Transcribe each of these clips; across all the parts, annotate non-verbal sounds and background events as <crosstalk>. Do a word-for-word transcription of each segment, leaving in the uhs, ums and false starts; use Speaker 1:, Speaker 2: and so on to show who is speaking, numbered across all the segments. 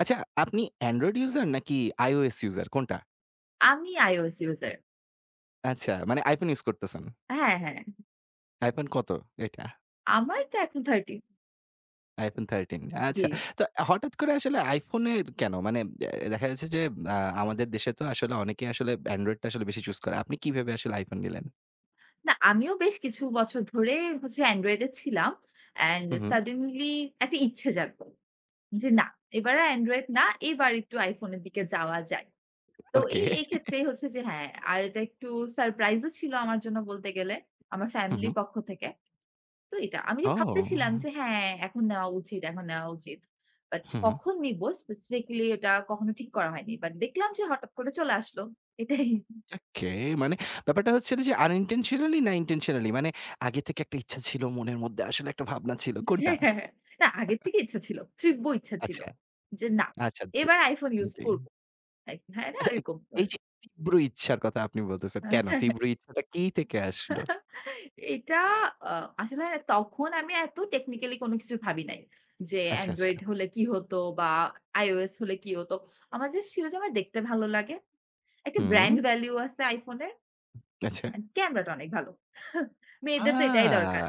Speaker 1: আচ্ছা, আপনি Android user নাকি iOS user কোনটা?
Speaker 2: আমি iOS user।
Speaker 1: আচ্ছা, মানে iPhone ইউজ করতেছেন।
Speaker 2: হ্যাঁ, হ্যাঁ।
Speaker 1: iPhone কত এটা?
Speaker 2: আমার তো এখন তেরো।
Speaker 1: iPhone তেরো
Speaker 2: জি।
Speaker 1: আচ্ছা। তো হঠাৎ করে আসলে iPhone এর কেন? মানে এ দেখা যাচ্ছে যে আ আমাদের দেশে তো আসলে অনেকেই আসলে Android টা আসলে বেশি চুজ করে। আপনি কিভাবে আসলে iPhone নিলেন?
Speaker 2: না, আমিও বেশ কিছু বছর ধরে হচ্ছে Android এ ছিলাম। And
Speaker 1: who, who.
Speaker 2: suddenly একটা ইচ্ছে জাগলো। যে না, এবার আর Android না, এবার একটু iPhone এর দিকে যাওয়া যায়। তো
Speaker 1: ওকে।
Speaker 2: এই এই ক্ষেত্রেই হচ্ছে যে হ্যাঁ, আর এটা একটু সারপ্রাইজ ও ছিল আমার জন্য বলতে গেলে, আমার
Speaker 1: হু, হু।
Speaker 2: ফ্যামিলির পক্ষ থেকে। তো এটা। আমি যে ভাবতেছিলাম
Speaker 1: ও!
Speaker 2: যে হ্যাঁ, এখন নেওয়া উচিত, এখন নেওয়া উচিত। বাট
Speaker 1: হু, হু।
Speaker 2: কখন নিব স্পেসিফিক্যালি এটা কখনো ঠিক করা হয়নি। বাট দেখলাম যে হঠাৎ করে চলে আসলো। এটাই।
Speaker 1: ওকে। মানে ব্যাপারটা হচ্ছে হলো যে unintentionally না intentionally? মানে আগে থেকে একটা ইচ্ছা ছিল মনের মধ্যে আসলে একটা ভাবনা ছিল।
Speaker 2: <laughs>
Speaker 1: কোনটা?
Speaker 2: হ্যাঁ, হ্যাঁ, হ্যাঁ। না, আগের থেকে ইচ্ছা ছিল। তীব্র ইচ্ছা ছিল।
Speaker 1: আচ্ছা,
Speaker 2: যে না,
Speaker 1: আচ্ছা। দ
Speaker 2: এবার iPhone ইউস করব। লাইক হ্যাঁ না
Speaker 1: আচ্ছা, এ
Speaker 2: এরকম।
Speaker 1: এই
Speaker 2: করে।
Speaker 1: যে তীব্র ইচ্ছার কথা আপনি বলতেছেন, কেন?
Speaker 2: <laughs>
Speaker 1: তীব্র ইচ্ছাটা কি থেকে আসলো?
Speaker 2: এটা আ আসলে তখন আমি এত টেকনিক্যালি কোনো কিছু ভাবি নাই। যে
Speaker 1: আচ্ছা, আচ্ছা।
Speaker 2: Android হলে কি হতো বা iOS হলে কি হতো। আমার জাস্ট ছিল যে আমার দেখতে ভালো লাগে। একটা
Speaker 1: হুম,
Speaker 2: ব্র্যান্ড ভ্যালু আছে iPhone এর।
Speaker 1: আচ্ছা।
Speaker 2: ক্যামেরাটা অনেক ভালো। <laughs>
Speaker 1: আ
Speaker 2: মেয়েদের তো এটাই দরকার।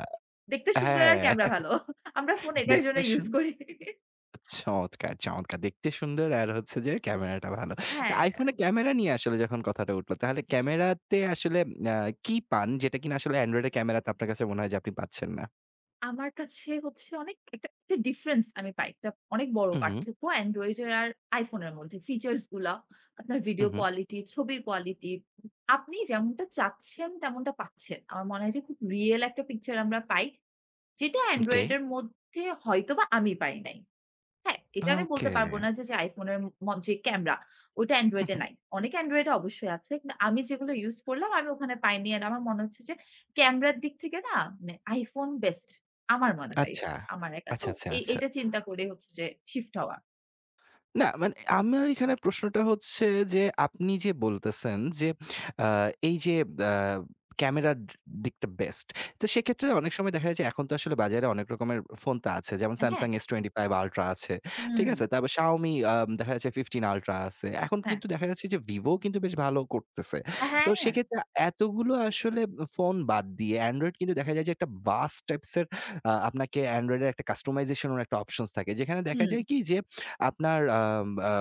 Speaker 2: দেখতে সুন্দর আর
Speaker 1: হ্যাঁ,
Speaker 2: ক্যামেরা ভালো। <laughs> আমরা ফোন এটার জন্য
Speaker 1: দেখতে
Speaker 2: ইউজ
Speaker 1: সুন
Speaker 2: করি।
Speaker 1: চমৎকার, চমৎকার! দেখতে সুন্দর আর হচ্ছে যে ক্যামেরাটা ভালো।
Speaker 2: হ্যাঁ,
Speaker 1: iPhone এ ক্যামেরা নিয়ে আসলে যখন কথাটা উঠলো, তাহলে ক্যামেরাতে আসলে আ কি পান যেটা কিনা আসলে Android এর ক্যামেরাতে আপনার কাছে মনে হয় যে আপনি পাচ্ছেন না?
Speaker 2: আমার কাছে হচ্ছে অনেক একটা একটা ডিফারেন্স আমি পাই। একটা অনেক বড়
Speaker 1: হুম, হুম,
Speaker 2: পার্থক্য Android এর আর iPhone এর মধ্যে। ফিচারস গুলা, আপনার
Speaker 1: হুম,
Speaker 2: ভিডিও
Speaker 1: হুম।
Speaker 2: কোয়ালিটি, ছবির কোয়ালিটি। আপনি যেমনটা চাচ্ছেন তেমনটা পাচ্ছেন। আমার মনে হয় যে খুব রিয়াল একটা পিকচার আমরা পাই। যেটা
Speaker 1: ওকে,
Speaker 2: Android এর মধ্যে হয়তোবা আমি পাই নাই। হ্যাঁ, এটা আমি বলতে
Speaker 1: ওকে।
Speaker 2: পারব না যে, যে iPhone-এর ম যে ক্যামেরা ওটা
Speaker 1: হুম,
Speaker 2: Android-এ
Speaker 1: হুম।
Speaker 2: নাই। অনেক Android-এ অবশ্যই আছে। কিন্তু আমি যেগুলো ইউজ করলাম আমি ওখানে পাইনি। আর আমার মনে হচ্ছে যে ক্যামেরার দিক থেকে না মানে iPhone বেস্ট। আমার মনে হয়
Speaker 1: আচ্ছা,
Speaker 2: এটা। আমার একা তো
Speaker 1: আচ্ছা, আচ্ছা,
Speaker 2: এ
Speaker 1: আচ্ছা।
Speaker 2: এটা চিন্তা করে হচ্ছে যে শিফট হওয়া।
Speaker 1: না মানে আমার এখানে প্রশ্নটা হচ্ছে যে আপনি যে বলতেছেন যে আ এই যে আ ক্যামেরার দিকটা বেস্ট। তো সেক্ষেত্রে অনেক সময় দেখা যায় যে এখন তো আসলে বাজারে অনেক রকমের ফোন তো আছে। যেমন
Speaker 2: হ্যাঁ?
Speaker 1: Samsung S twenty five Ultra আছে। ঠিক
Speaker 2: হুম,
Speaker 1: আছে? তারপর Xiaomi আম দেখা যাচ্ছে ফিফটিন Ultra আছে। এখন
Speaker 2: হ্যাঁ।
Speaker 1: কিন্তু দেখা যাচ্ছে যে Vivo কিন্তু বেশ ভালো করতেছে। তো
Speaker 2: হ্যাঁ,
Speaker 1: সেক্ষেত্রে এতগুলো আসলে ফোন বাদ দিয়ে Android কিন্তু দেখা যায় যে একটা বাস টাইপস এর আ আপনাকে Android এর একটা কাস্টমাইজেশন এর একটা অপশনস থাকে। যেখানে দেখা
Speaker 2: হুম,
Speaker 1: যায় কি যে আপনার আম আ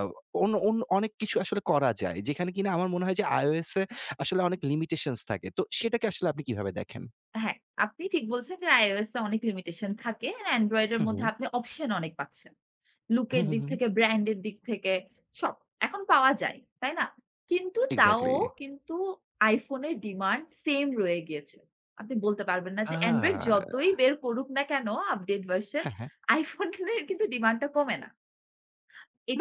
Speaker 1: অন অন অনেক কিছু আসলে করা যায়। যেখানে কিনা আমার মনে হয় যে iOS এ আসলে অনেক limitations থাকে। তো সেটাকে আসলে আপনি কিভাবে দেখেন?
Speaker 2: হ্যাঁ। আপনি ঠিক বলছেন যে iOS-এ অনেক limitation থাকে। আর Android-এর
Speaker 1: হু, হু।
Speaker 2: মধ্যে আপনি অপশন অনেক পাচ্ছেন। লুক
Speaker 1: হু,
Speaker 2: এর
Speaker 1: হু,
Speaker 2: দিক
Speaker 1: হু।
Speaker 2: থেকে, ব্র্যান্ড এর দিক থেকে সব এখন পাওয়া যায়, তাই না? কিন্তু তাও
Speaker 1: এক্সাক্টলি।
Speaker 2: কিন্তু iPhone এর ডিমান্ড সেম রয়ে গিয়েছে। আপনি বলতে পারবেন না যে Android
Speaker 1: আ
Speaker 2: যতই বের করুক না কেন আপডেট ভার্সন,
Speaker 1: হ্যাঁ, হ্যাঁ।
Speaker 2: iPhone <laughs> এর কিন্তু ডিমান্ডটা কমে না।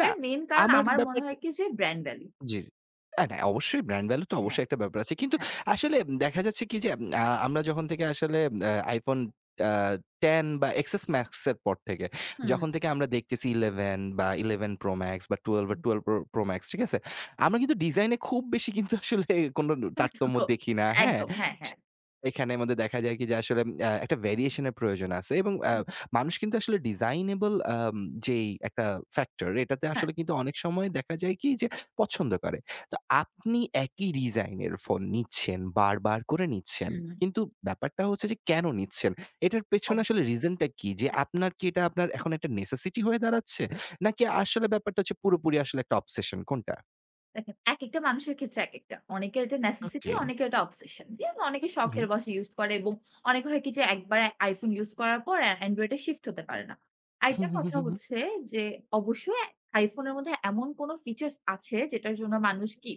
Speaker 1: না,
Speaker 2: মেইন কারণ
Speaker 1: আমার
Speaker 2: আমার মনে
Speaker 1: ব্যাপার
Speaker 2: হয় কি যে ব্র্যান্ড ভ্যালু।
Speaker 1: জি, জি। না, না অবশ্যই ব্র্যান্ড ভ্যালু তো
Speaker 2: হ্যাঁ,
Speaker 1: অবশ্যই একটা ব্যাপার আছে। কিন্তু
Speaker 2: হ্যাঁ।
Speaker 1: আসলে দেখা যাচ্ছে কি যে আ আমরা যখন থেকে আসলে আ iPhone আ টেন বা এক্স এস Max এর পর থেকে
Speaker 2: হুম, হুম।
Speaker 1: যখন থেকে আমরা দেখতেছি ইলেভেন বা ইলেভেন Pro Max বা টুয়েলভ বা
Speaker 2: হুম।
Speaker 1: টুয়েলভ Pro Pro Max ঠিক আছে? আমরা কিন্তু ডিজাইনে খুব বেশি কিন্তু আসলে কোনো
Speaker 2: <laughs>
Speaker 1: তারতম্য
Speaker 2: পার্থক্য।
Speaker 1: দেখি না, হ্যাঁ?
Speaker 2: একদম। হ্যাঁ, হ্যাঁ।
Speaker 1: এখানের মধ্যে দেখা যায় কি যে আসলে আ একটা ভেরিয়েশন এর প্রয়োজন আছে এবং আ
Speaker 2: হুম,
Speaker 1: মানুষ কিন্তু আসলে ডিজাইনেবল আম যেই একটা ফ্যাক্টর এটাতে
Speaker 2: হ্যাঁ।
Speaker 1: আসলে কিন্তু অনেক সময় দেখা যায় কি যে পছন্দ করে। তো আপনি একই ডিজাইনের ফোন নিচ্ছেন, বারবার করে নিচ্ছেন।
Speaker 2: হুম, হুম।
Speaker 1: কিন্তু ব্যাপারটা হচ্ছে যে কেন নিচ্ছেন? এটার পেছনে
Speaker 2: অব
Speaker 1: আসলে রিজনটা কি? যে আপনার কি এটা আপনার এখন একটা নেসেসিটি হয়ে দাঁড়াচ্ছে? নাকি আসলে ব্যাপারটা হচ্ছে পুরোপুরি আসলে একটা অবসেশন কোনটা?
Speaker 2: দেখেন, একেকটা মানুষের ক্ষেত্রে একেকটা। অনেকের এটা নেসেসিটি,
Speaker 1: ওকে।
Speaker 2: অনেকের এটা অবসেশন। ঠিক আছে? অনেকে
Speaker 1: হু,
Speaker 2: শখের বশে ইউজ করে এবং অনেকে হয় কি যে একবারে iPhone ইউজ করার পর অ্যা Android এ শিফট হতে পারে না।
Speaker 1: হু,
Speaker 2: আরেকটা
Speaker 1: হু,
Speaker 2: কথা
Speaker 1: হু, হু।
Speaker 2: হচ্ছে যে অবশ্যই iPhone এর মধ্যে এমন কোন ফিচার্স আছে যেটার জন্য মানুষ কি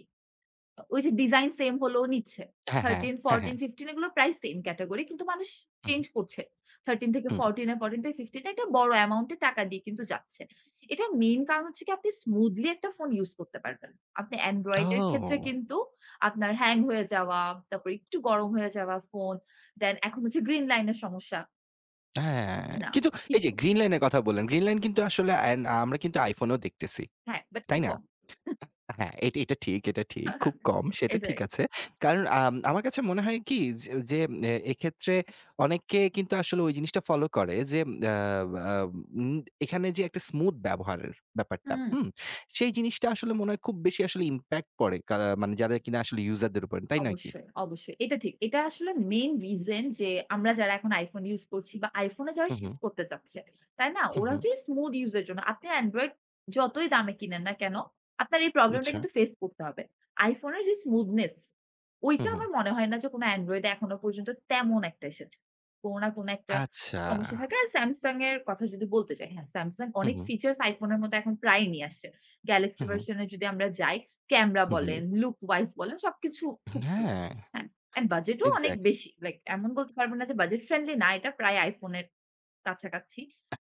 Speaker 2: ওই যে ডিজাইন সেম হলেও নিচ্ছে।
Speaker 1: হ্যাঁ, হ্যাঁ,
Speaker 2: তেরো,
Speaker 1: হ্যাঁ, হ্যাঁ।
Speaker 2: চৌদ্দ, পনেরো এগুলো প্রায় সেম ক্যাটেগরি কিন্তু মানুষ
Speaker 1: হুম,
Speaker 2: চেঞ্জ করছে। তেরো থেকে
Speaker 1: হুম।
Speaker 2: চৌদ্দ এ চৌদ্দ থেকে পনেরো এ একটা বড় অ্যামাউন্ট এর টাকা দিয়ে কিন্তু যাচ্ছে। এটার মেইন কারণ হচ্ছে কি আপনি স্মুথলি একটা ফোন ইউজ করতে পারবেন। আপনি Android এর ক্ষেত্রে
Speaker 1: ও!
Speaker 2: কিন্তু আপনার হ্যাং হয়ে যাওয়া, তারপর একটু গরম হয়ে যাওয়া ফোন, দেন এখন হচ্ছে গ্রিন লাইন এর সমস্যা।
Speaker 1: হ্যাঁ।
Speaker 2: তাই না?
Speaker 1: কিন্তু এই
Speaker 2: কিছু
Speaker 1: যে গ্রিন লাইন এর কথা বললেন। গ্রিন লাইন কিন্তু আসলে অ্যান আমরা কিন্তু iPhone এও দেখতেছি।
Speaker 2: হ্যাঁ, বাট
Speaker 1: তাই
Speaker 2: খুব
Speaker 1: না?
Speaker 2: কম।
Speaker 1: হ্যাঁ, এটা এটা ঠিক, এটা ঠিক। খুব
Speaker 2: <laughs>
Speaker 1: কম সেটা ঠিক
Speaker 2: এটাই।
Speaker 1: আছে। কারণ আম আমার কাছে মনে হয় কি যে যে এ এক্ষেত্রে অনেকে কিন্তু আসলে ওই জিনিসটা ফলো করে যে আ আ উম এখানে যে একটা স্মুথ ব্যবহারের ব্যাপারটা,
Speaker 2: হুম।
Speaker 1: হুম? সেই জিনিসটা আসলে মনে হয় খুব বেশি আসলে ইমপ্যাক্ট পড়ে কা মানে যারা কিনা আসলে ইউজারদের উপর, তাই নয় কি?
Speaker 2: অবশ্যই, অবশ্যই। এটা ঠিক। এটা আসলে মেইন রিজন যে আমরা যারা এখন iPhone ইউজ করছি বা iPhone এ যারা
Speaker 1: হু, হু,
Speaker 2: শিফট করতে চাচ্ছে। তাই না?
Speaker 1: হু,
Speaker 2: ওরা
Speaker 1: হু।
Speaker 2: হচ্ছে স্মুথ ইউজ এর জন্য। আপনি Android যতই দামে কিনেন না কেন, আপনার এই প্রবলেমটা
Speaker 1: আচ্ছা,
Speaker 2: কিন্তু ফেস করতে হবে। iPhone এর যে স্মুথনেস,
Speaker 1: হু,
Speaker 2: ওইটা
Speaker 1: হু।
Speaker 2: আমার মনে হয় না যে কোন Android এ এখনো পর্যন্ত তেমন একটা এসেছে। কোন না কোন একটা
Speaker 1: আচ্ছা।
Speaker 2: সমস্যা থাকে। আর Samsung এর কথা যদি বলতে চাই, হ্যাঁ Samsung
Speaker 1: হু,
Speaker 2: অনেক
Speaker 1: হু,
Speaker 2: ফিচারস iPhone এর মতো এখন প্রায় নিয়ে আসছে। Galaxy
Speaker 1: হু, হু,
Speaker 2: ভার্শন এ যদি আমরা যাই ক্যামেরা
Speaker 1: হু, হু।
Speaker 2: বলেন, লুক ওয়াইজ বলেন সবকিছু খুব ভালো।
Speaker 1: হ্যাঁ,
Speaker 2: হ্যাঁ? অ্যান্ড বাজেটও অনেক
Speaker 1: এক্সাক্টলি।
Speaker 2: বেশি। লাইক এমন বলতে পারব না যে বাজেট ফ্রেন্ডলি না। এটা প্রায় iPhone এর কাছাকাছি।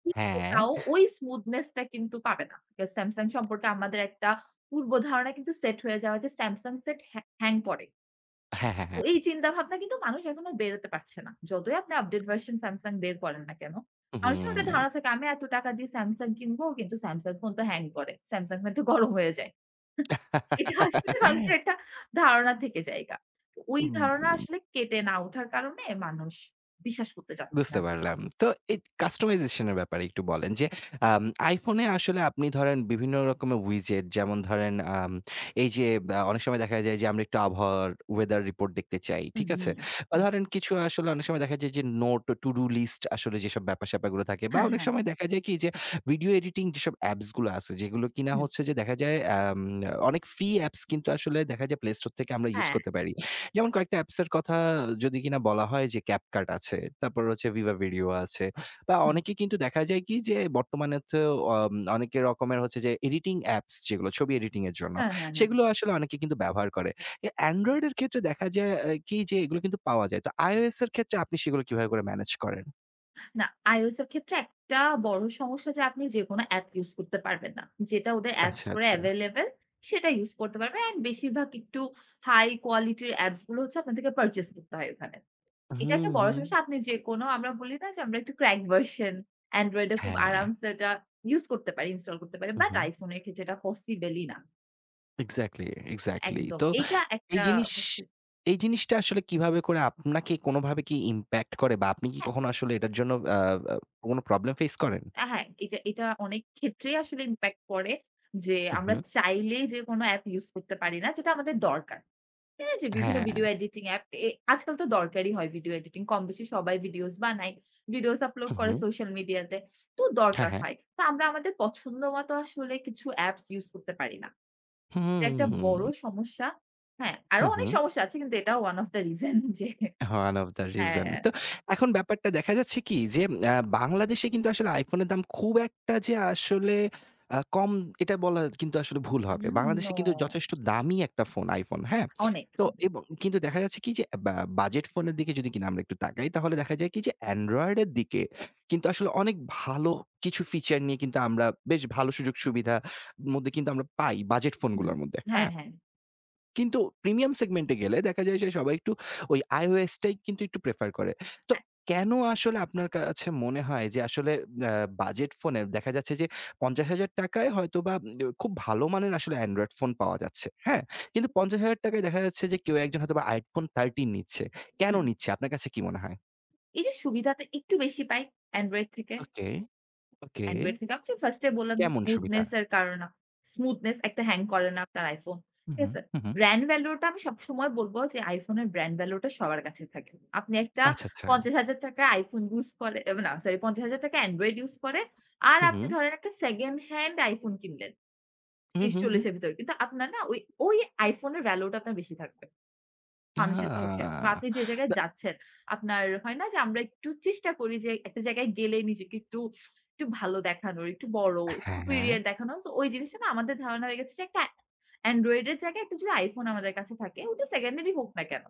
Speaker 2: কিন্তু
Speaker 1: হ্যাঁ।
Speaker 2: তাও ওই স্মুথনেস টা কিন্তু পাবে না। বিকজ Samsung সম্পর্কে আমাদের একটা পূর্ব ধারণা কিন্তু সেট হয়ে যাওয়া যে Samsung সেট হ্যা হ্যাং করে।
Speaker 1: হ্যাঁ, হ্যাঁ, হ্যাঁ।
Speaker 2: এই চিন্তা ভাবনা কিন্তু মানুষ এখনো বেরোতে পারছে না। যতই আপনি আপডেট ভার্সন Samsung বের করেন না কেন? মানুষের ওটা
Speaker 1: হুম।
Speaker 2: ধারণা থাকে আমি এত টাকা দিয়ে Samsung কিনব কিন্তু Samsung ফোন তো হ্যাং করে। Samsung ফোন তো গরম হয়ে যায়। এটা আসলে মানুষের
Speaker 1: <laughs>
Speaker 2: একটা ধারণা থেকে জায়গা। তো ওই
Speaker 1: উম
Speaker 2: ধারণা আসলে কেটে না ওঠার কারণে মানুষ বিশ্বাস করতে চাচ্ছে না
Speaker 1: বুঝতে
Speaker 2: যে না
Speaker 1: পারলাম। তো এই কাস্টমাইজেশন এর ব্যাপারে একটু বলেন যে আম iPhone এ আসলে আপনি ধরেন বিভিন্ন রকমের উইজেট যেমন ধরেন আম এই যে বা অনেক সময় দেখা যায় যে আমরা একটু আবহাওয়ার ওয়েদার রিপোর্ট দেখতে চাই।
Speaker 2: হুম,
Speaker 1: ঠিক আছে?
Speaker 2: হুম।
Speaker 1: বা
Speaker 2: হুম।
Speaker 1: ধরেন কিছু আসলে অনেক সময় দেখা যায় যে নোট, টু ডু লিস্ট আসলে যেসব ব্যাপার-স্যাপারগুলো থাকে বা
Speaker 2: হ্যাঁ,
Speaker 1: অনেক
Speaker 2: হ্যাঁ।
Speaker 1: সময় দেখা যায় কি যে ভিডিও এডিটিং যেসব অ্যাপস গুলো আছে যেগুলো কিনা
Speaker 2: হুম।
Speaker 1: হচ্ছে যে দেখা যায় আম অনেক ফ্রি অ্যাপস কিন্তু আসলে দেখা যায় Play Store থেকে আমরা ইউজ
Speaker 2: হ্যাঁ।
Speaker 1: করতে পারি। যেমন কয়েকটা অ্যাপস এর কথা যদি কিনা বলা হয় যে CapCut আছে, তারপর হচ্ছে Viva Video আছে বা
Speaker 2: হুম।
Speaker 1: অনেকে কিন্তু দেখা যায় কি যে বর্তমানে তো অম অনেকে রকমের হচ্ছে যে এডিটিং অ্যাপস যেগুলো ছবি এডিটিং এর জন্য,
Speaker 2: হ্যাঁ, হ্যাঁ, হ্যাঁ।
Speaker 1: সেগুলো আসলে অনেকে কিন্তু ব্যবহার করে। এ Android এর ক্ষেত্রে দেখা যায় আ কি যে এগুলো কিন্তু পাওয়া যায়। তো iOS এর ক্ষেত্রে আপনি সেগুলো কিভাবে করে ম্যানেজ করেন?
Speaker 2: না, iOS এর ক্ষেত্রে একটা বড় সমস্যা যে আপনি যেকোনো অ্যাপ ইউজ করতে পারবেন না। যেটা ওদের অ্যাপ
Speaker 1: আচ্ছা,
Speaker 2: স্টোরে
Speaker 1: আচ্ছা।
Speaker 2: available সেটা ইউজ করতে পারবেন। অ্যান্ড বেশিরভাগ একটু হাই কোয়ালিটির অ্যাপস গুলো হচ্ছে আপনাদেরকে পারচেজ করতে হয় ওখানে। এটা
Speaker 1: হুম,
Speaker 2: একটা বড়
Speaker 1: হুম।
Speaker 2: সমস্যা। আপনি যেকোনো আমরা বলি না যে আমরা একটু cracked version Android এ খুব
Speaker 1: হ্যাঁ।
Speaker 2: আরামসে এটা ইউজ করতে পারি, ইনস্টল করতে পারি।
Speaker 1: হু,
Speaker 2: বাট
Speaker 1: হুম।
Speaker 2: iPhone এর ক্ষেত্রে এটা পসিবল ই না।
Speaker 1: Exactly, exactly.
Speaker 2: একদম।
Speaker 1: তো
Speaker 2: এটা
Speaker 1: এই
Speaker 2: একটা
Speaker 1: জিনিস
Speaker 2: হচ্ছে
Speaker 1: এই জিনিসটা আসলে কিভাবে করে আপনাকে কোনোভাবে কি ইমপ্যাক্ট করে বা আপনি কি কখনো আসলে এটার জন্য আ আ কোনো প্রবলেম ফেস করেন?
Speaker 2: হ্যাঁ, হ্যাঁ, এটা এটা অনেক ক্ষেত্রেই আসলে ইমপ্যাক্ট পড়ে যে
Speaker 1: হু, হু।
Speaker 2: আমরা চাইলেই যে কোনো অ্যাপ ইউজ করতে পারি না যেটা আমাদের দরকার। এই যে বিভিন্ন
Speaker 1: হ্যাঁ।
Speaker 2: ভিডিও এডিটিং অ্যাপ এ আজকাল তো দরকারই হয় ভিডিও এডিটিং। কমবেশি সবাই ভিডিওস বানায়। ভিডিওস আপলোড
Speaker 1: হু,
Speaker 2: করে
Speaker 1: হু।
Speaker 2: সোশ্যাল মিডিয়াতে। তো
Speaker 1: হ্যাঁ,
Speaker 2: দরকার
Speaker 1: হ্যাঁ।
Speaker 2: হয়। তো আমরা আমাদের পছন্দমতো আসলে কিছু অ্যাপস ইউজ করতে পারি না। এটা একটা
Speaker 1: হুম।
Speaker 2: বড় সমস্যা। হ্যাঁ,
Speaker 1: হু,
Speaker 2: আরো
Speaker 1: হু।
Speaker 2: অনেক সমস্যা আছে কিন্তু এটা one of the reason <laughs> যে
Speaker 1: One of the reason
Speaker 2: হ্যাঁ,
Speaker 1: তো এখন ব্যাপারটা দেখা যাচ্ছে কি যে, আ বাংলাদেশে কিন্তু আসলে iPhone এর দাম খুব একটা যে আসলে আ কম এটা বলা কিন্তু আসলে ভুল হবে।
Speaker 2: উম
Speaker 1: বাংলাদেশে
Speaker 2: নো
Speaker 1: কিন্তু যথেষ্ট দামি একটা ফোন iPhone, হ্যাঁ?
Speaker 2: অনেক,
Speaker 1: তো
Speaker 2: অনেক।
Speaker 1: এবং কিন্তু দেখা যাচ্ছে কি যে বা বাজেট ফোনের দিকে যদি কিনা আমরা একটু তাকাই তাহলে দেখা যায় কি যে Android এর দিকে কিন্তু আসলে অনেক ভালো কিছু ফিচার নিয়ে কিন্তু আমরা বেশ ভালো সুযোগ সুবিধার মধ্যে কিন্তু আমরা পাই বাজেট
Speaker 2: হুম।
Speaker 1: ফোনগুলোর মধ্যে,
Speaker 2: হ্যাঁ,
Speaker 1: হ্যাঁ?
Speaker 2: হ্যাঁ।
Speaker 1: কিন্তু প্রিমিয়াম সেগমেন্টে গেলে দেখা যায় যে সবাই একটু ওই iOS টাই কিন্তু একটু প্রেফার করে। তো কেন আসলে আপনার কাছে মনে হয় যে আসলে আ বাজেট ফোনে দেখা যাচ্ছে যে ৳পঞ্চাশ হাজার য় হয়তোবা উ খুব ভালো মানের আসলে অ্যান্ড্রয়েড ফোন পাওয়া যাচ্ছে। হ্যাঁ? কিন্তু ৳পঞ্চাশ হাজার য় দেখা যাচ্ছে যে কেউ একজন হয়তোবা iPhone তেরো নিচ্ছে। কেন
Speaker 2: হুম।
Speaker 1: নিচ্ছে? আপনার কাছে কি মনে হয়?
Speaker 2: এই যে সুবিধাটা একটু বেশি পাই Android থেকে।
Speaker 1: ওকে, ওকে।
Speaker 2: Android থেকে আমি ফার্স্ট এ বললাম যে
Speaker 1: কেমন সুবিধা?
Speaker 2: স্মুথনেস এর কারণে স্মুথনেস একটা হ্যাং করে না আপনার iPhone।
Speaker 1: হু,
Speaker 2: ঠিক
Speaker 1: হু,
Speaker 2: আছে?
Speaker 1: হু, হু।
Speaker 2: ব্র্যান্ড ভ্যালু টা আমি সবসময় বলব যে iPhone এর ব্র্যান্ড ভ্যালু টা সবার কাছে থাকে। আপনি একটা
Speaker 1: আচ্ছা, আচ্ছা।
Speaker 2: ৳পঞ্চাশ হাজার iPhone ইউজ করে এ না সরি ৳পঞ্চাশ হাজার Android ইউজ করে। আর
Speaker 1: হু, হু,
Speaker 2: আপনি ধরেন একটা সেকেন্ড হ্যান্ড iPhone কিনলেন।
Speaker 1: হু, হু, হু।
Speaker 2: ৳ত্রিশ চল্লিশ এর ভিতরে। কিন্তু আপনার না ওই, ওই iPhone এর ভ্যালু টা আপনার বেশি থাকবে।
Speaker 1: আ
Speaker 2: মানুষের চোখে বা আপনি যে জায়গায়
Speaker 1: তা
Speaker 2: যাচ্ছেন, আপনার হয় না যে আমরা একটু চেষ্টা করি যে একটা জায়গায় গেলে নিজেকে একটু, একটু ভালো দেখানোর, একটু বড়,
Speaker 1: হ্যাঁ,
Speaker 2: superior দেখানোর। তো ওই জিনিসটা না আমাদের ধারণা হয়ে গেছে যে একটা Android এর জায়গায় একটা যদি iPhone আমাদের কাছে থাকে ওটা সেকেন্ডারি হোক না কেন?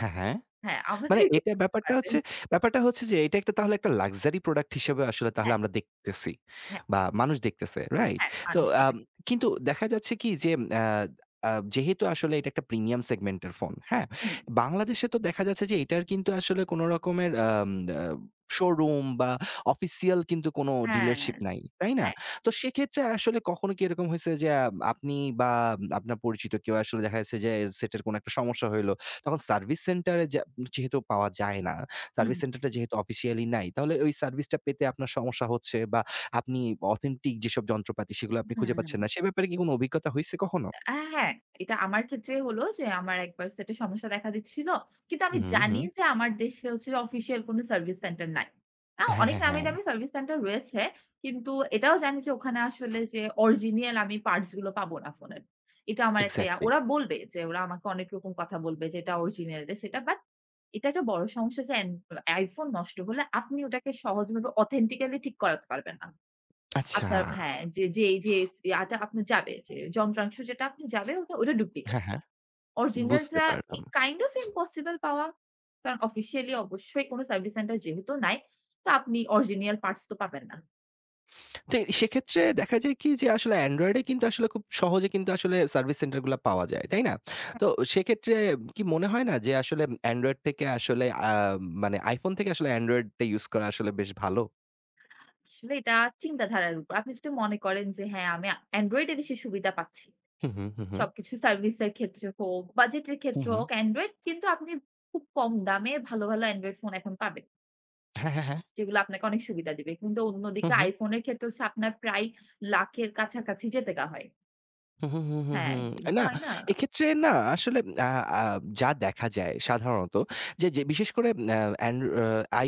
Speaker 1: হ্যাঁ, হ্যাঁ।
Speaker 2: হ্যাঁ, আমাদের
Speaker 1: মানে
Speaker 2: একটু
Speaker 1: এটা
Speaker 2: থাকতে
Speaker 1: ব্যাপারটা
Speaker 2: পারবে।
Speaker 1: হচ্ছে ব্যাপারটা হচ্ছে যে এটা একটা তাহলে একটা লাক্সারি প্রোডাক্ট হিসেবে আসলে তাহলে
Speaker 2: হ্যাঁ,
Speaker 1: আমরা দেখতেছি
Speaker 2: হ্যাঁ,
Speaker 1: বা মানুষ দেখতেছে, রাইট?
Speaker 2: হ্যাঁ,
Speaker 1: তো
Speaker 2: মানুষ এটা
Speaker 1: আম কিন্তু দেখা যাচ্ছে কি যে আ আ যেহেতু আসলে এটা একটা প্রিমিয়াম সেগমেন্টের ফোন, হ্যাঁ?
Speaker 2: হুম,
Speaker 1: বাংলাদেশে তো দেখা যাচ্ছে যে এটার কিন্তু আসলে কোন রকমের আম আ শোরুম বা অফিসিয়াল কিন্তু কোন
Speaker 2: হ্যাঁ,
Speaker 1: ডিলারশিপ নাই,
Speaker 2: হ্যাঁ,
Speaker 1: তাই না? তো
Speaker 2: ঠিক।
Speaker 1: সেক্ষেত্রে আসলে কখনো কি এরকম হইছে যে আ আপনি বা আপনার পরিচিত কেউ আসলে দেখা যাচ্ছে যে সেটের কোন একটা সমস্যা হইলো, তখন সার্ভিস সেন্টারে যা যেহেতু পাওয়া যায় না।
Speaker 2: হুম,
Speaker 1: সার্ভিস সেন্টারটা যেহেতু অফিসিয়ালি নাই, তাহলে ওই সার্ভিসটা পেতে আপনার সমস্যা হচ্ছে বা আপনি অথেন্টিক যেসব যন্ত্রপাতি সেগুলো আপনি
Speaker 2: হুম,
Speaker 1: খুঁজে
Speaker 2: হুম,
Speaker 1: পাচ্ছেন
Speaker 2: হুম।
Speaker 1: না। সে ব্যাপারে কি কোনো অভিজ্ঞতা হইছে কখনো?
Speaker 2: আ হ্যাঁ, এটা আমার ক্ষেত্রে হলো যে আমার একবার সেটের সমস্যা দেখা দিচ্ছিল। কিন্তু আমি
Speaker 1: হুম,
Speaker 2: জানি
Speaker 1: হুম।
Speaker 2: যে আমার দেশে হচ্ছে অফিসিয়াল কোন সার্ভিস সেন্টার নাই। আ
Speaker 1: হ্যাঁ,
Speaker 2: অনেক
Speaker 1: হ্যাঁ,
Speaker 2: নামি
Speaker 1: হ্যাঁ।
Speaker 2: দামি সার্ভিস সেন্টার রয়েছে। কিন্তু এটাও জানি যে ওখানে আসলে যে অরিজিনাল আমি পার্টস গুলো পাবো না ফোনের। এটা আমার একটা ইয়া।
Speaker 1: এক্সাক্টলি।
Speaker 2: ওরা বলবে যে ওরা আমাকে অনেক রকম কথা বলবে যে এটা অরিজিনাল এটা সেটা। বাট এটা একটা বড় সমস্যা যে এন iPhone নষ্ট হলে আপনি ওটাকে সহজভাবে অথেন্টিক্যালি ঠিক করাতে পারবেন না।
Speaker 1: আচ্ছা।
Speaker 2: আপনার হ্যাঁ, যে যে এই যে ইয়াটা আপনার যাবে যে যন্ত্রাংশ যেটা আপনি যাবে ওটা ওটা ডুপ্লিকেট।
Speaker 1: হ্যাঁ, হ্যাঁ। বুঝতে
Speaker 2: অরিজিনালটা ই
Speaker 1: পারলাম।
Speaker 2: কাইন্ড অফ ইম্পসিবল পাওয়া। কারণ অফিসিয়ালি অবশ্যই কোন সার্ভিস সেন্টার যেহেতু নাই, তো আপনি অরিজিনাল পার্টস তো পাবেন না।
Speaker 1: তো সেক্ষেত্রে দেখা যায় কি যে আসলে Android এ কিন্তু আসলে খুব সহজে কিন্তু আসলে সার্ভিস সেন্টার গুলা পাওয়া যায়। তাই না? তো সেক্ষেত্রে কি মনে হয় না যে আসলে Android থেকে আসলে আ মানে iPhone থেকে আসলে Android টা ইউস করা আসলে বেশ ভালো?
Speaker 2: আসলে এটা চিন্তাধারার উপর। আপনি যদি মনে করেন যে হ্যাঁ, আমি Android এ বেশি সুবিধা পাচ্ছি।
Speaker 1: হুম, হুম, হুম, হুম।
Speaker 2: সবকিছু সার্ভিস এর ক্ষেত্রে হোক, বাজেটের
Speaker 1: হুম,
Speaker 2: ক্ষেত্রে
Speaker 1: হুম।
Speaker 2: হোক Android কিন্তু আপনি খুব কম দামে ভালো, ভালো Android ফোন এখন পাবেন।
Speaker 1: হ্যাঁ, হ্যাঁ, হ্যাঁ।
Speaker 2: যেগুলো আপনাকে অনেক সুবিধা দিবে। কিন্তু
Speaker 1: হু,
Speaker 2: অন্যদিকে
Speaker 1: হু।
Speaker 2: iPhone এর ক্ষেত্রে হচ্ছে আপনার প্রায় লাখের কাছাকাছি যেতে গা হয়।
Speaker 1: হুম, হুম, হুম, হুম,
Speaker 2: হ্যাঁ,
Speaker 1: হুম।
Speaker 2: কিন্তু
Speaker 1: না,
Speaker 2: হয় না?
Speaker 1: এক্ষেত্রে না আসলে আ আ যা দেখা যায় সাধারণত যে, যে বিশেষ করে আ অ্যান্ড্র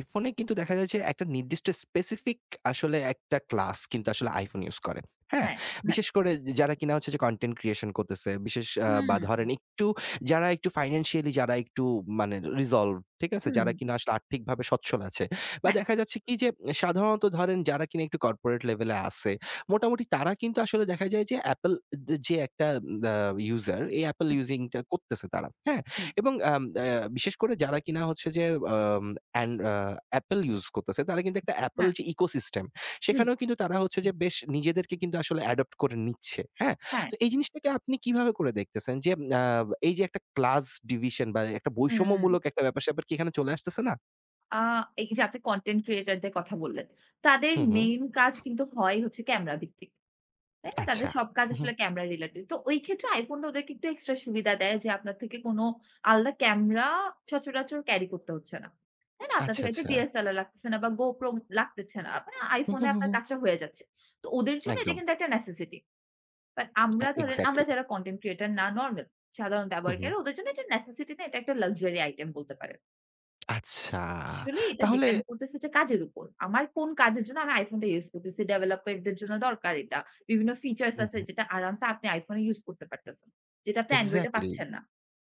Speaker 1: iPhone-এ কিন্তু দেখা যায় যে একটা নির্দিষ্ট স্পেসিফিক আসলে একটা ক্লাস কিন্তু আসলে iPhone ইউজ করে। হ্যাঁ?
Speaker 2: হ্যাঁ, হ্যাঁ।
Speaker 1: বিশেষ করে যারা কিনা হচ্ছে যে কনটেন্ট ক্রিয়েশন করতেছে, বিশেষ আ বা
Speaker 2: হুম,
Speaker 1: ধরেন একটু যারা একটু ফাইন্যান্সিয়ালি যারা একটু মানে resolved ঠিক আছে?
Speaker 2: হুম,
Speaker 1: যারা কিনা
Speaker 2: হুম,
Speaker 1: আসলে আর্থিকভাবে সচ্ছল আছে বা
Speaker 2: হ্যাঁ,
Speaker 1: দেখা যাচ্ছে কি যে সাধারণত ধরেন যারা কিনা একটু কর্পোরেট লেভেলে আছে, মোটামুটি তারা কিন্তু আসলে দেখা যায় যে Apple যে যে একটা আ ইউজার এই Apple
Speaker 2: হুম,
Speaker 1: ইউজিং টা করতেছে তারা। হ্যাঁ?
Speaker 2: হুম,
Speaker 1: এবং আম আ বিশেষ করে যারা কিনা হচ্ছে যে আম অ্যান আ Apple ইউজ করতেছে তারা কিন্তু একটা Apple
Speaker 2: হ্যাঁ,
Speaker 1: যে ইকোসিস্টেম
Speaker 2: হুম,
Speaker 1: সেখানেও কিন্তু তারা হচ্ছে
Speaker 2: হুম,
Speaker 1: যে বেশ নিজেদেরকে কিন্তু আসলে অ্যাডপ্ট করে নিচ্ছে। হ্যাঁ?
Speaker 2: হ্যাঁ,
Speaker 1: তো এই জিনিসটাকে আপনি কিভাবে করে দেখতেছেন যে আ এই যে একটা ক্লাস ডিভিশন বা একটা
Speaker 2: হুম।
Speaker 1: বৈষম্যমূলক একটা ব্যাপার-স্যাপার কি এখানে চলে আসতেছে না?
Speaker 2: আ এই যে আপনি কনটেন্ট ক্রিয়েটর দের কথা বললেন। তাদের
Speaker 1: হুম, হুম।
Speaker 2: মেইন কাজ কিন্তু হয় হচ্ছে ক্যামেরা ভিত্তিক। তাই না? তাদের
Speaker 1: আচ্ছা।
Speaker 2: সব কাজ
Speaker 1: হুম, হুম।
Speaker 2: আসলে ক্যামেরা রিলেটেড। তো ওই ক্ষেত্রে iPhone টা ওদেরকে একটু এক্সট্রা সুবিধা দেয় যে আপনার থেকে কোন আলাদা ক্যামেরা সচরাচর ক্যারি করতে হচ্ছে না। তাই না? আপনার
Speaker 1: আচ্ছা,
Speaker 2: থেকে একটা
Speaker 1: আচ্ছা।
Speaker 2: ডি এস এল আর লাগতেছে না বা GoPro লাগতেছে না। মানে
Speaker 1: হুম,
Speaker 2: iPhone এ
Speaker 1: হুম, হুম,
Speaker 2: আপনার
Speaker 1: হুম।
Speaker 2: কাজটা হয়ে যাচ্ছে। তো ওদের জন্য এটা
Speaker 1: একদম।
Speaker 2: কিন্তু একটা নেসেসিটি। বাট
Speaker 1: এ
Speaker 2: আমরা ধরেন আমরা
Speaker 1: এক্সাক্টলি।
Speaker 2: যারা কনটেন্ট ক্রিয়েটর না নরমাল সাধারণ
Speaker 1: হুম, হুম।
Speaker 2: ব্যবহারকারী ওদের জন্য এটা নেসেসিটি না এটা একটা লাক্সারি আইটেম বলতে পারেন।
Speaker 1: আচ্ছা।
Speaker 2: আসলে এটা
Speaker 1: তাহলে
Speaker 2: ডিপেন্ড করতেছে যে কাজের উপর। আমার কোন কাজের জন্য আমি iPhone টা ইউস করতেছি। ডেভেলপারদের জন্য দরকার এটা। বিভিন্ন ফিচারস
Speaker 1: হুম,
Speaker 2: আছে
Speaker 1: হুম।
Speaker 2: যেটা আরামসে আপনি iPhone এ ইউস করতে পারতেছেন। যেটা আপনি Android এ
Speaker 1: এক্সাক্টলি,
Speaker 2: পাচ্ছেন না।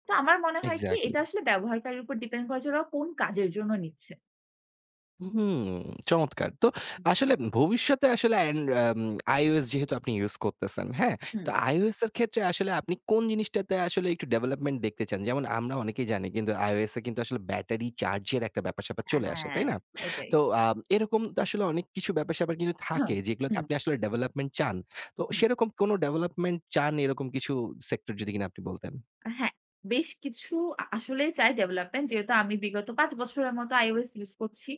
Speaker 2: তো আমার মনে হয় কি
Speaker 1: এক্সাক্টলি।
Speaker 2: এটা আসলে ব্যবহারকারীর উপর ডিপেন্ড করে যে ওরা কোন কাজের জন্য নিচ্ছে।
Speaker 1: হুম, চমৎকার। তো আসলে ভবিষ্যতে আসলে অ্যান্ড আম iOS যেহেতু আপনি ইউজ করতেছেন, হ্যাঁ? তো
Speaker 2: হুম,
Speaker 1: iOS এর ক্ষেত্রে আসলে আপনি কোন জিনিসটাতে আসলে একটু ডেভেলপমেন্ট দেখতে চান? যেমন আমরা অনেকেই জানি কিন্তু iOS এ কিন্তু আসলে ব্যাটারি চার্জের একটা ব্যাপার-স্যাপার চলে আসে, তাই
Speaker 2: হ্যাঁ,
Speaker 1: না?
Speaker 2: এটাই।
Speaker 1: তো আম এরকম তো আসলে অনেক কিছু ব্যাপার-স্যাপার কিন্তু
Speaker 2: হ্যাঁ,
Speaker 1: থাকে যেগুলোতে
Speaker 2: হুম,
Speaker 1: আপনি আসলে ডেভেলপমেন্ট চান। তো
Speaker 2: হুম।
Speaker 1: সেরকম কোনো ডেভেলপমেন্ট চান এরকম কিছু সেক্টর যদি কিনা আপনি বলতেন?
Speaker 2: হ্যাঁ, বেশ কিছু আ আসলেই চাই ডেভেলপমেন্ট। যেহেতু আমি বিগত পাঁচ বছরের মতো iOS ইউজ করছি।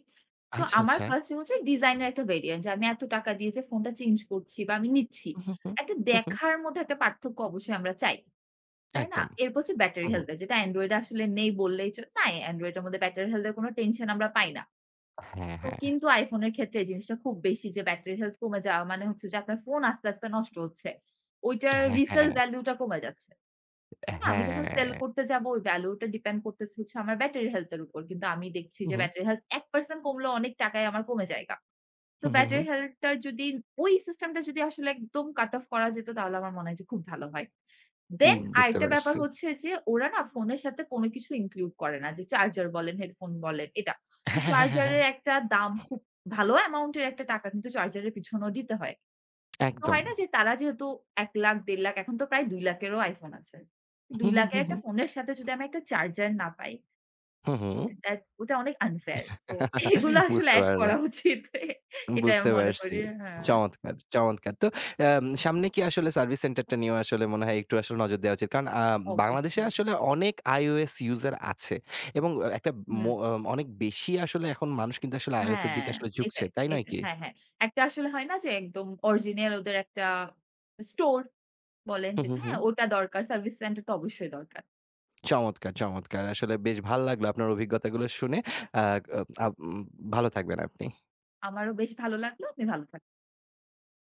Speaker 2: তো
Speaker 1: আচ্ছা,
Speaker 2: আমার
Speaker 1: আচ্ছা।
Speaker 2: ফার্স্ট হচ্ছে ডিজাইনের একটা ভেরিয়েন্ট যে আমি এত টাকা দিয়ে যে ফোনটা চেঞ্জ করছি বা আমি নিচ্ছি।
Speaker 1: হু, হু, হু।
Speaker 2: একটা
Speaker 1: হু, হু।
Speaker 2: দেখার মধ্যে একটা পার্থক্য অবশ্যই আমরা চাই। তাই না?
Speaker 1: একদম।
Speaker 2: এরপর হচ্ছে
Speaker 1: হু,
Speaker 2: ব্যাটারি
Speaker 1: হু।
Speaker 2: হেলথ এর যেটা Android এ আসলে নেই বললেই চলে। নাই Android এর মধ্যে ব্যাটারি হেলথ এর কোনো টেনশন আমরা পাই না।
Speaker 1: হ্যাঁ,
Speaker 2: তো
Speaker 1: হ্যাঁ।
Speaker 2: কিন্তু iPhone এর ক্ষেত্রে এই জিনিসটা খুব বেশি যে ব্যাটারি হেলথ কমে যাওয়া মানে হচ্ছে যে আপনার ফোন আস্তে, আস্তে নষ্ট হচ্ছে। ওইটার
Speaker 1: হ্যাঁ,
Speaker 2: রিসেল
Speaker 1: হ্যাঁ।
Speaker 2: ভ্যালু টা কমে যাচ্ছে। না, আমি যখন সেল
Speaker 1: হ্যাঁ।
Speaker 2: করতে যাবো ওই ভ্যালু টা ডিপেন্ড করতেছে হচ্ছে আমার ব্যাটারি হেলথ এর উপর। কিন্তু আমি দেখছি
Speaker 1: হু,
Speaker 2: যে
Speaker 1: হু।
Speaker 2: ব্যাটারি হেলথ এক পারসেন্ট কমলেও অনেক টাকায় আমার কমে যায়গা। তো
Speaker 1: হু, হু, হু।
Speaker 2: ব্যাটারি হেলথ টার যদি ওই সিস্টেমটা যদি আসলে একদম কাট অফ করা যেত তাহলে আমার মনে হয় যে খুব ভালো হয়।
Speaker 1: উম
Speaker 2: দেন
Speaker 1: বুঝতে
Speaker 2: আরেকটা ব্যাপার
Speaker 1: পারছি।
Speaker 2: হচ্ছে যে ওরা না ফোনের সাথে কোনো কিছু ইনক্লুড করে না। যে চার্জার বলেন, হেডফোন বলেন এটা। সো
Speaker 1: হ্যাঁ, হ্যাঁ, হ্যাঁ, হ্যাঁ, হ্যাঁ।
Speaker 2: চার্জারের একটা দাম খুব ভালো অ্যামাউন্ট এর একটা টাকা কিন্তু চার্জারের পিছনেও দিতে হয়। তো
Speaker 1: একদম।
Speaker 2: হয় না যে তারা যেহেতু এক,লাখ, ৳এক,পঞ্চাশ হাজার এখন তো প্রায় ৳দুই,লাখ এরও iPhone আছে।
Speaker 1: হু, হু,
Speaker 2: ৳দুই,লাখ
Speaker 1: হু, হু।
Speaker 2: একটা ফোনের সাথে যদি আমি একটা চার্জার না পাই,
Speaker 1: হু, হু।
Speaker 2: দ্যাট ওটা অনেক আনফেয়ার। সো এগুলো আসলে
Speaker 1: বুঝতে
Speaker 2: এড
Speaker 1: পারলাম।
Speaker 2: করা উচিত। এটাই
Speaker 1: বুঝতে
Speaker 2: আমি মনে
Speaker 1: পারছি।
Speaker 2: করি। হ্যাঁ,
Speaker 1: চমৎকার, চমৎকার। তো অ্যাম সামনে কি আসলে সার্ভিস সেন্টারটা নিয়েও আসলে মনে হয় একটু আসলে নজর দেওয়া উচিত। কারণ আ বাংলাদেশে
Speaker 2: অবশ্যই।
Speaker 1: আসলে অনেক iOS ইউজার আছে এবং অ একটা মো
Speaker 2: হুম,
Speaker 1: আম, অনেক বেশি আসলে এখন মানুষ কিন্তু আসলে iOS এর
Speaker 2: হ্যাঁ,
Speaker 1: দিকে আসলে ঝুঁকছে।
Speaker 2: এটাই,
Speaker 1: তাই নয়
Speaker 2: এটাই।
Speaker 1: কি?
Speaker 2: হ্যাঁ, হ্যাঁ। একটা আসলে হয় না যে একদম অরিজিনাল ওদের একটা স্টোর বলেন
Speaker 1: হু, হু,
Speaker 2: যেটা,
Speaker 1: হু।
Speaker 2: হ্যাঁ, ওটা দরকার। সার্ভিস সেন্টার তো অবশ্যই দরকার।
Speaker 1: চমৎকার, চমৎকার। আসলে বেশ ভাল লাগলো আপনার অভিজ্ঞতাগুলো শুনে। আ আ আব ভালো থাকবেন আপনি।
Speaker 2: আমারও বেশ ভালো লাগলো। আপনি ভালো থাকবেন।